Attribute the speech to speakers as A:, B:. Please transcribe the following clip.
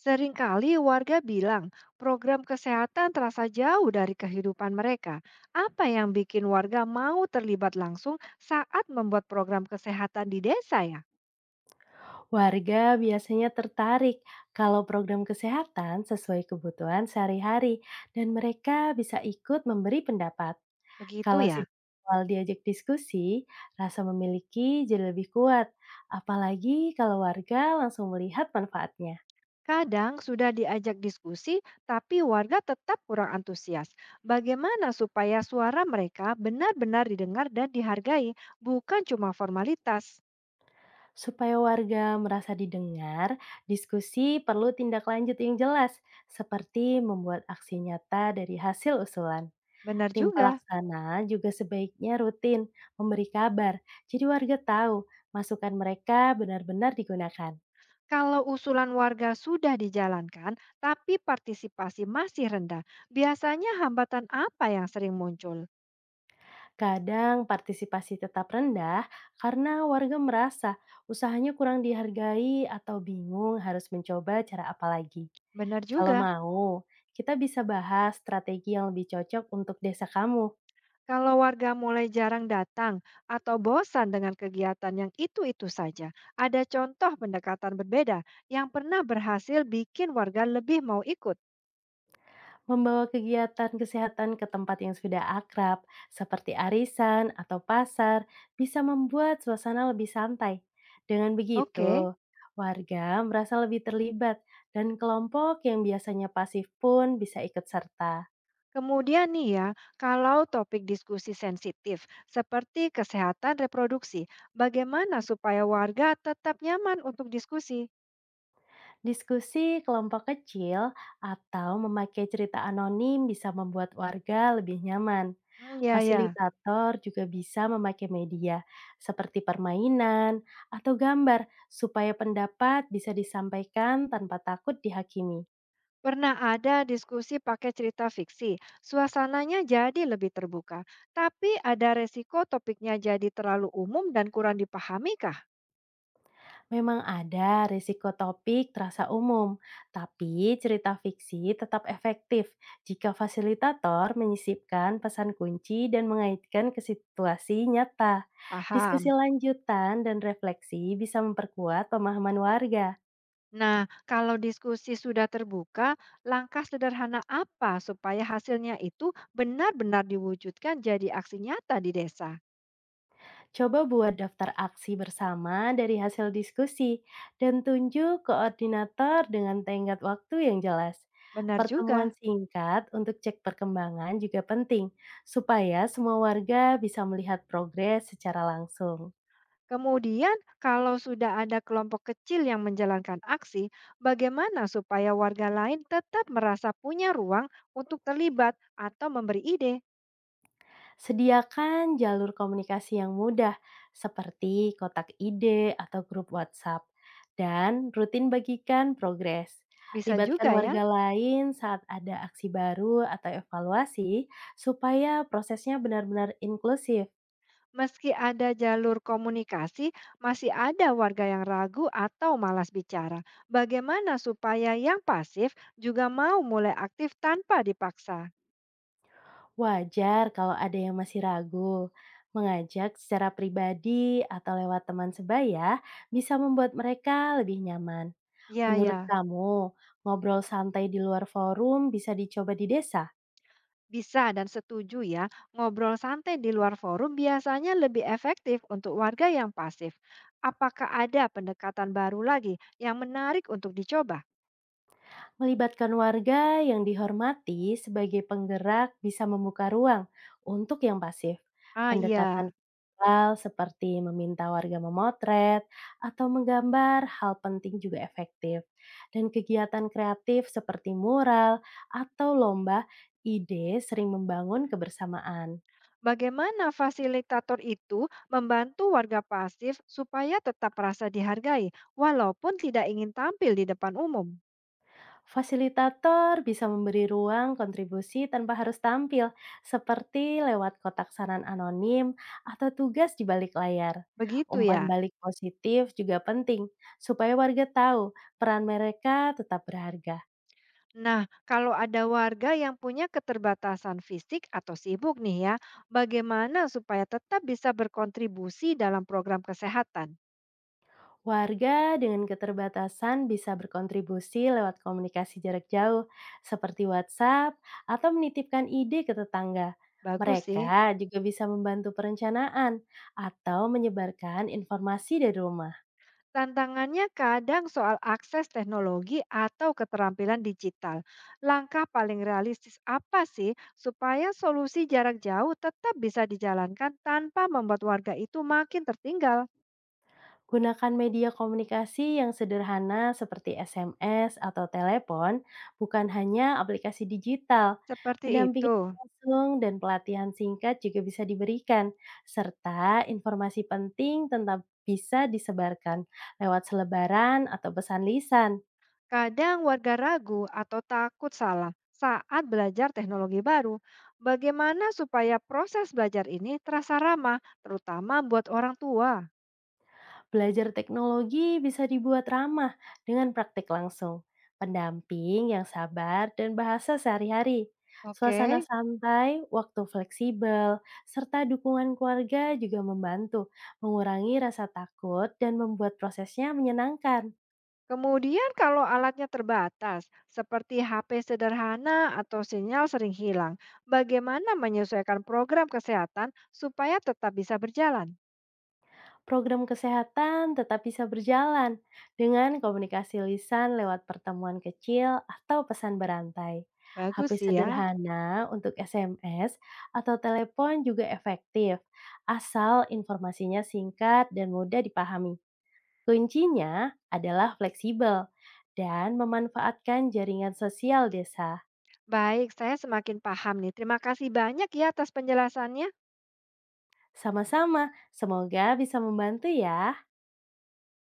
A: Seringkali warga bilang program kesehatan terasa jauh dari kehidupan mereka. Apa yang bikin warga mau terlibat langsung saat membuat program kesehatan di desa ya?
B: Warga biasanya tertarik kalau program kesehatan sesuai kebutuhan sehari-hari dan mereka bisa ikut memberi pendapat.
A: Begitu
B: Kalau
A: ya.
B: sejak awal diajak diskusi, rasa memiliki jadi lebih kuat, apalagi kalau warga langsung melihat manfaatnya.
A: Kadang sudah diajak diskusi, tapi warga tetap kurang antusias. Bagaimana supaya suara mereka benar-benar didengar dan dihargai, bukan cuma formalitas?
B: Supaya warga merasa didengar, diskusi perlu tindak lanjut yang jelas, seperti membuat aksi nyata dari hasil usulan.
A: Benar
B: Tim
A: juga.
B: pelaksana juga sebaiknya rutin memberi kabar, jadi warga tahu masukan mereka benar-benar digunakan.
A: Kalau usulan warga sudah dijalankan, tapi partisipasi masih rendah, biasanya hambatan apa yang sering muncul?
B: Kadang partisipasi tetap rendah karena warga merasa usahanya kurang dihargai atau bingung harus mencoba cara apa lagi.
A: Benar
B: Kalau
A: juga,
B: mau, kita bisa bahas strategi yang lebih cocok untuk desa kamu.
A: kalau warga mulai jarang datang atau bosan dengan kegiatan yang itu-itu saja, ada contoh pendekatan berbeda yang pernah berhasil bikin warga lebih mau ikut.
B: Membawa kegiatan kesehatan ke tempat yang sudah akrab, seperti arisan atau pasar, bisa membuat suasana lebih santai. Dengan
A: Oke,
B: begitu, warga merasa lebih terlibat, dan kelompok yang biasanya pasif pun bisa ikut serta.
A: kemudian nih ya, kalau topik diskusi sensitif seperti kesehatan reproduksi, bagaimana supaya warga tetap nyaman untuk diskusi?
B: Diskusi kelompok kecil atau memakai cerita anonim bisa membuat warga lebih nyaman.
A: Hmm, ya ya.
B: Fasilitator juga bisa memakai media seperti permainan atau gambar supaya pendapat bisa disampaikan tanpa takut dihakimi.
A: Pernah ada diskusi pakai cerita fiksi. Suasananya jadi lebih terbuka. Tapi ada resiko topiknya jadi terlalu umum dan kurang dipahami kah?
B: Memang ada risiko topik terasa umum, tapi cerita fiksi tetap efektif jika fasilitator menyisipkan pesan kunci dan mengaitkan ke situasi nyata. Diskusi
A: Paham.
B: lanjutan dan refleksi bisa memperkuat pemahaman warga.
A: Nah, kalau diskusi sudah terbuka, langkah sederhana apa supaya hasilnya itu benar-benar diwujudkan jadi aksi nyata di desa?
B: Coba buat daftar aksi bersama dari hasil diskusi dan tunjuk koordinator dengan tenggat waktu yang jelas.
A: Benar
B: Pertemuan
A: juga.
B: singkat untuk cek perkembangan juga penting, supaya semua warga bisa melihat progres secara langsung.
A: Kemudian, kalau sudah ada kelompok kecil yang menjalankan aksi, bagaimana supaya warga lain tetap merasa punya ruang untuk terlibat atau memberi ide?
B: Sediakan jalur komunikasi yang mudah, seperti kotak ide atau grup WhatsApp, dan rutin bagikan progres.
A: Bisa juga
B: Libatkan
A: ya,
B: warga lain saat ada aksi baru atau evaluasi, supaya prosesnya benar-benar inklusif.
A: meski ada jalur komunikasi, masih ada warga yang ragu atau malas bicara. Bagaimana supaya yang pasif juga mau mulai aktif tanpa dipaksa?
B: Wajar kalau ada yang masih ragu. Mengajak secara pribadi atau lewat teman sebaya bisa membuat mereka lebih nyaman.
A: Ya,
B: Menurut
A: ya.
B: kamu, ngobrol santai di luar forum bisa dicoba di desa?
A: Bisa dan setuju ya, ngobrol santai di luar forum biasanya lebih efektif untuk warga yang pasif. Apakah ada pendekatan baru lagi yang menarik untuk dicoba?
B: Melibatkan warga yang dihormati sebagai penggerak bisa membuka ruang untuk yang pasif.
A: Ah iya,
B: Pendekatan visual seperti meminta warga memotret atau menggambar hal penting juga efektif. Dan kegiatan kreatif seperti mural atau lomba ide sering membangun kebersamaan.
A: bagaimana fasilitator itu membantu warga pasif supaya tetap merasa dihargai walaupun tidak ingin tampil di depan umum?
B: Fasilitator bisa memberi ruang kontribusi tanpa harus tampil, seperti lewat kotak saran anonim atau tugas di balik layar.
A: Begitu
B: Umpan
A: ya.
B: balik positif juga penting, supaya warga tahu peran mereka tetap berharga.
A: Nah, kalau ada warga yang punya keterbatasan fisik atau sibuk nih ya, bagaimana supaya tetap bisa berkontribusi dalam program kesehatan?
B: Warga dengan keterbatasan bisa berkontribusi lewat komunikasi jarak jauh, seperti WhatsApp atau menitipkan ide ke tetangga.
A: Bagus sih.
B: Mereka juga bisa membantu perencanaan atau menyebarkan informasi dari rumah.
A: Tantangannya kadang soal akses teknologi atau keterampilan digital. Langkah paling realistis apa sih supaya solusi jarak jauh tetap bisa dijalankan tanpa membuat warga itu makin tertinggal?
B: Gunakan media komunikasi yang sederhana seperti SMS atau telepon, bukan hanya aplikasi digital.
A: Seperti
B: Pendampingan
A: itu.
B: langsung dan pelatihan singkat juga bisa diberikan, serta informasi penting tetap bisa disebarkan lewat selebaran atau pesan lisan.
A: Kadang warga ragu atau takut salah saat belajar teknologi baru. Bagaimana supaya proses belajar ini terasa ramah, terutama buat orang tua?
B: Belajar teknologi bisa dibuat ramah dengan praktik langsung, pendamping yang sabar, dan bahasa sehari-hari. Suasana
A: Oke.
B: santai, waktu fleksibel, serta dukungan keluarga juga membantu mengurangi rasa takut dan membuat prosesnya menyenangkan.
A: Kemudian kalau alatnya terbatas, seperti HP sederhana atau sinyal sering hilang, bagaimana menyesuaikan program kesehatan supaya tetap bisa berjalan?
B: Program kesehatan tetap bisa berjalan dengan komunikasi lisan lewat pertemuan kecil atau pesan berantai.
A: Bagus
B: HP
A: sih ya.
B: sederhana untuk SMS atau telepon juga efektif, asal informasinya singkat dan mudah dipahami. Kuncinya adalah fleksibel dan memanfaatkan jaringan sosial desa.
A: Baik, saya semakin paham nih. Terima kasih banyak ya atas penjelasannya.
B: Sama-sama, semoga bisa membantu ya.